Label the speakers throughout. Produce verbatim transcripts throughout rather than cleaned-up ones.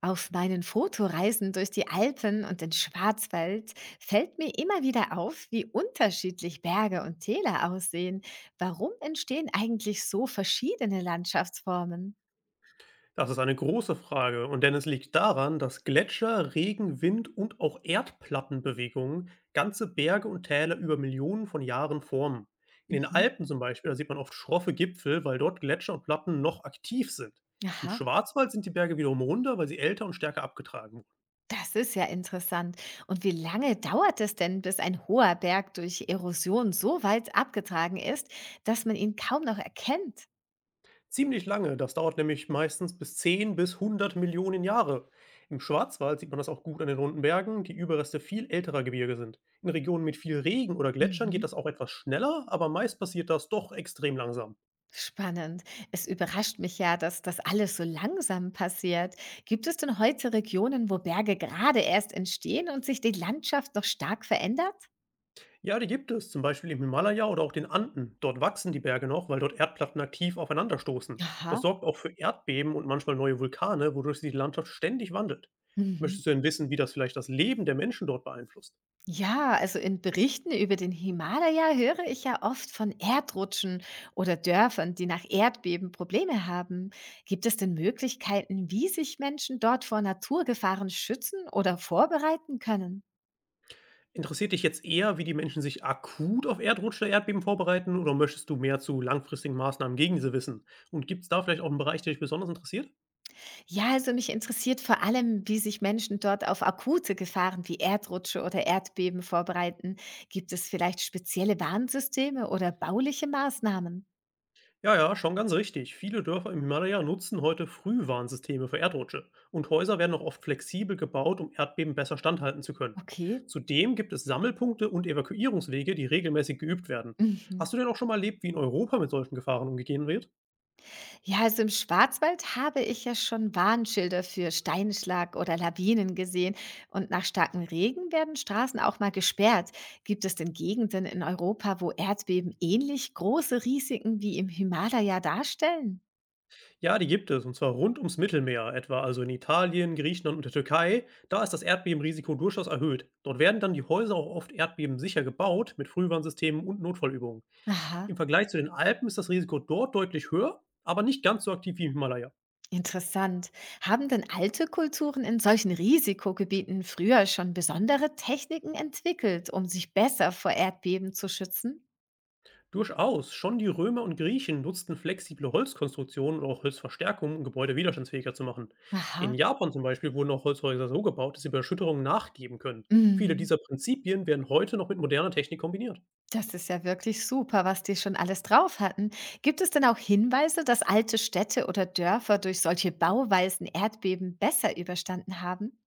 Speaker 1: Auf meinen Fotoreisen durch die Alpen und den Schwarzwald fällt mir immer wieder auf, wie unterschiedlich Berge und Täler aussehen. Warum entstehen eigentlich so verschiedene Landschaftsformen?
Speaker 2: Das ist eine große Frage, und denn es liegt daran, dass Gletscher, Regen, Wind und auch Erdplattenbewegungen ganze Berge und Täler über Millionen von Jahren formen. In den
Speaker 1: Mhm.
Speaker 2: Alpen zum Beispiel, da sieht man oft schroffe Gipfel, weil dort Gletscher und Platten noch aktiv sind. Im
Speaker 1: Aha,
Speaker 2: Schwarzwald sind die Berge wiederum runder, weil sie älter und stärker abgetragen.
Speaker 1: das ist ja interessant. Und wie lange dauert es denn, bis ein hoher Berg durch Erosion so weit abgetragen ist, dass man ihn kaum noch erkennt?
Speaker 2: Ziemlich lange, das dauert nämlich meistens bis zehn bis hundert Millionen Jahre. Im Schwarzwald sieht man das auch gut an den runden Bergen, die Überreste viel älterer Gebirge sind. In Regionen mit viel Regen oder Gletschern geht
Speaker 1: Mhm.
Speaker 2: das auch etwas schneller, aber meist passiert das doch extrem langsam.
Speaker 1: Spannend. Es überrascht mich ja, dass das alles so langsam passiert. Gibt es denn heute Regionen, wo Berge gerade erst entstehen und sich die Landschaft noch stark verändert?
Speaker 2: Ja, die gibt es, zum Beispiel im Himalaya oder auch den Anden. Dort wachsen die Berge noch, weil dort Erdplatten aktiv aufeinanderstoßen. Das
Speaker 1: Aha.
Speaker 2: sorgt auch für Erdbeben und manchmal neue Vulkane, wodurch sich die Landschaft ständig wandelt.
Speaker 1: Mhm.
Speaker 2: Möchtest du denn wissen, wie das vielleicht das Leben der Menschen dort beeinflusst?
Speaker 1: Ja, also in Berichten über den Himalaya höre ich ja oft von Erdrutschen oder Dörfern, die nach Erdbeben Probleme haben. Gibt es denn Möglichkeiten, wie sich Menschen dort vor Naturgefahren schützen oder vorbereiten können?
Speaker 2: Interessiert dich jetzt eher, wie die Menschen sich akut auf Erdrutsche, Erdbeben vorbereiten, oder möchtest du mehr zu langfristigen Maßnahmen gegen diese wissen? Und gibt es da vielleicht auch einen Bereich, der dich besonders interessiert?
Speaker 1: Ja, also mich interessiert vor allem, wie sich Menschen dort auf akute Gefahren wie Erdrutsche oder Erdbeben vorbereiten. Gibt es vielleicht spezielle Warnsysteme oder bauliche Maßnahmen?
Speaker 2: Ja, ja, schon ganz richtig. Viele Dörfer im Himalaya nutzen heute Frühwarnsysteme für Erdrutsche, und Häuser werden auch oft flexibel gebaut, um Erdbeben besser standhalten zu können.
Speaker 1: Okay.
Speaker 2: Zudem gibt es Sammelpunkte und Evakuierungswege, die regelmäßig geübt werden.
Speaker 1: Mhm.
Speaker 2: Hast du denn auch schon mal erlebt, wie in Europa mit solchen Gefahren umgegangen wird?
Speaker 1: Ja, also im Schwarzwald habe ich ja schon Warnschilder für Steinschlag oder Lawinen gesehen. Und nach starkem Regen werden Straßen auch mal gesperrt. Gibt es denn Gegenden in Europa, wo Erdbeben ähnlich große Risiken wie im Himalaya darstellen?
Speaker 2: Ja, die gibt es, und zwar rund ums Mittelmeer, etwa also in Italien, Griechenland und der Türkei. Da ist das Erdbebenrisiko durchaus erhöht. Dort werden dann die Häuser auch oft erdbebensicher gebaut, mit Frühwarnsystemen und Notfallübungen.
Speaker 1: Aha.
Speaker 2: Im Vergleich zu den Alpen ist das Risiko dort deutlich höher, aber nicht ganz so aktiv wie im Himalaya.
Speaker 1: Interessant. Haben denn alte Kulturen in solchen Risikogebieten früher schon besondere Techniken entwickelt, um sich besser vor Erdbeben zu schützen?
Speaker 2: Durchaus, schon die Römer und Griechen nutzten flexible Holzkonstruktionen und auch Holzverstärkungen, um Gebäude widerstandsfähiger zu machen. In
Speaker 1: Aha.
Speaker 2: Japan zum Beispiel wurden auch Holzhäuser so gebaut, dass sie bei Erschütterungen nachgeben können. Viele
Speaker 1: Mhm.
Speaker 2: dieser Prinzipien werden heute noch mit moderner Technik kombiniert.
Speaker 1: Das ist ja wirklich super, was die schon alles drauf hatten. Gibt es denn auch Hinweise, dass alte Städte oder Dörfer durch solche Bauweisen Erdbeben besser überstanden haben?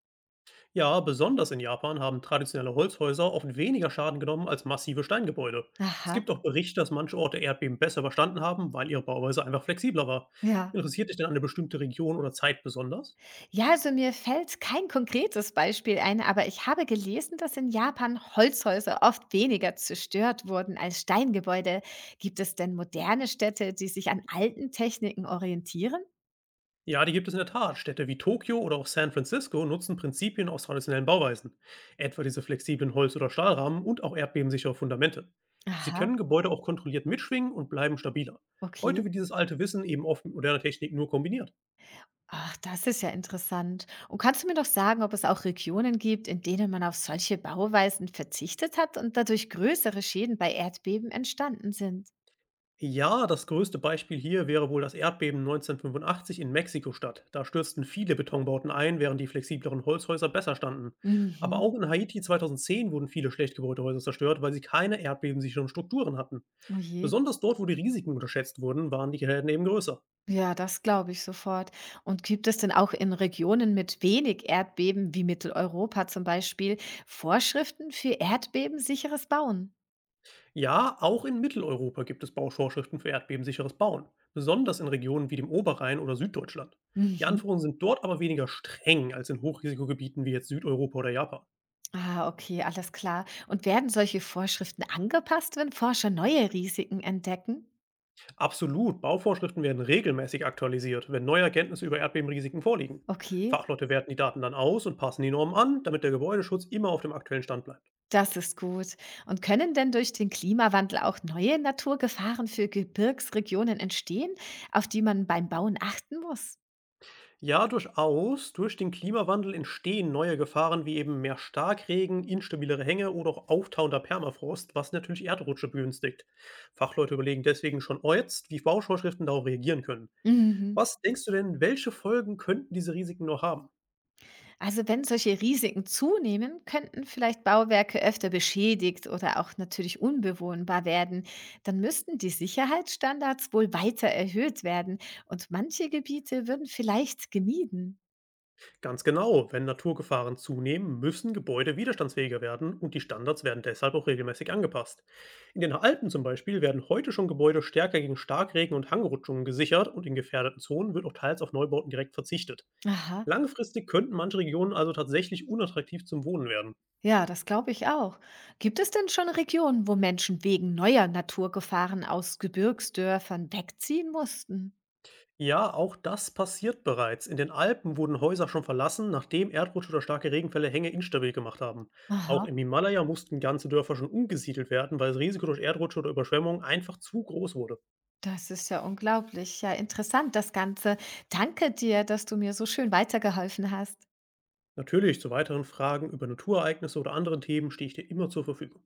Speaker 2: Ja, besonders in Japan haben traditionelle Holzhäuser oft weniger Schaden genommen als massive Steingebäude. Es
Speaker 1: Aha,
Speaker 2: gibt auch Berichte, dass manche Orte Erdbeben besser überstanden haben, weil ihre Bauweise einfach flexibler war.
Speaker 1: ja.
Speaker 2: Interessiert dich denn eine bestimmte Region oder Zeit besonders?
Speaker 1: Ja, also mir fällt kein konkretes Beispiel ein, aber ich habe gelesen, dass in Japan Holzhäuser oft weniger zerstört wurden als Steingebäude. Gibt es denn moderne Städte, die sich an alten Techniken orientieren?
Speaker 2: Ja, die gibt es in der Tat. Städte wie Tokio oder auch San Francisco nutzen Prinzipien aus traditionellen Bauweisen, etwa diese flexiblen Holz- oder Stahlrahmen und auch erdbebensichere Fundamente. Sie
Speaker 1: Aha,
Speaker 2: können Gebäude auch kontrolliert mitschwingen und bleiben stabiler. Heute
Speaker 1: okay.
Speaker 2: wird dieses alte Wissen eben oft mit moderner Technik nur kombiniert.
Speaker 1: Ach, das ist ja interessant. Und kannst du mir doch sagen, ob es auch Regionen gibt, in denen man auf solche Bauweisen verzichtet hat und dadurch größere Schäden bei Erdbeben entstanden sind?
Speaker 2: Ja, das größte Beispiel hier wäre wohl das Erdbeben neunzehnhundertfünfundachtzig in Mexiko-Stadt. Da stürzten viele Betonbauten ein, während die flexibleren Holzhäuser besser standen. Aber
Speaker 1: Mhm.
Speaker 2: auch in Haiti zweitausendzehn wurden viele schlecht gebaute Häuser zerstört, weil sie keine erdbebensicheren Strukturen hatten.
Speaker 1: Oh je.
Speaker 2: Besonders dort, wo die Risiken unterschätzt wurden, waren die Schäden eben größer.
Speaker 1: Ja, das glaube ich sofort. Und gibt es denn auch in Regionen mit wenig Erdbeben, wie Mitteleuropa zum Beispiel, Vorschriften für erdbebensicheres Bauen?
Speaker 2: Ja, auch in Mitteleuropa gibt es Bauvorschriften für erdbebensicheres Bauen, besonders in Regionen wie dem Oberrhein oder Süddeutschland. Die
Speaker 1: Mhm.
Speaker 2: Anforderungen sind dort aber weniger streng als in Hochrisikogebieten wie jetzt Südeuropa oder Japan.
Speaker 1: Ah, okay, alles klar. Und werden solche Vorschriften angepasst, wenn Forscher neue Risiken entdecken?
Speaker 2: Absolut. Bauvorschriften werden regelmäßig aktualisiert, wenn neue Erkenntnisse über Erdbebenrisiken vorliegen.
Speaker 1: Okay,
Speaker 2: Fachleute werten die Daten dann aus und passen die Normen an, damit der Gebäudeschutz immer auf dem aktuellen Stand bleibt.
Speaker 1: das ist gut. Und können denn durch den Klimawandel auch neue Naturgefahren für Gebirgsregionen entstehen, auf die man beim Bauen achten muss?
Speaker 2: Ja, durchaus. Durch den Klimawandel entstehen neue Gefahren wie eben mehr Starkregen, instabilere Hänge oder auch auftauender Permafrost, was natürlich Erdrutsche begünstigt. Fachleute überlegen deswegen schon jetzt, wie Bauvorschriften darauf reagieren können.
Speaker 1: Mhm.
Speaker 2: Was denkst du denn, welche Folgen könnten diese Risiken noch haben?
Speaker 1: Also wenn solche Risiken zunehmen, könnten vielleicht Bauwerke öfter beschädigt oder auch natürlich unbewohnbar werden. Dann müssten die Sicherheitsstandards wohl weiter erhöht werden und manche Gebiete würden vielleicht gemieden.
Speaker 2: Ganz genau, wenn Naturgefahren zunehmen, müssen Gebäude widerstandsfähiger werden, und die Standards werden deshalb auch regelmäßig angepasst. In den Alpen zum Beispiel werden heute schon Gebäude stärker gegen Starkregen und Hangrutschungen gesichert, und in gefährdeten Zonen wird auch teils auf Neubauten direkt verzichtet.
Speaker 1: Aha,
Speaker 2: Langfristig könnten manche Regionen also tatsächlich unattraktiv zum Wohnen werden.
Speaker 1: ja, das glaube ich auch. Gibt es denn schon Regionen, wo Menschen wegen neuer Naturgefahren aus Gebirgsdörfern wegziehen mussten?
Speaker 2: Ja, auch das passiert bereits. In den Alpen wurden Häuser schon verlassen, nachdem Erdrutsche oder starke Regenfälle Hänge instabil gemacht haben.
Speaker 1: Aha.
Speaker 2: Auch im Himalaya mussten ganze Dörfer schon umgesiedelt werden, weil das Risiko durch Erdrutsche oder Überschwemmungen einfach zu groß wurde.
Speaker 1: Das ist ja unglaublich. Ja, interessant das Ganze. Danke dir, dass du mir so schön weitergeholfen hast.
Speaker 2: Natürlich, zu weiteren Fragen über Naturereignisse oder anderen Themen stehe ich dir immer zur Verfügung.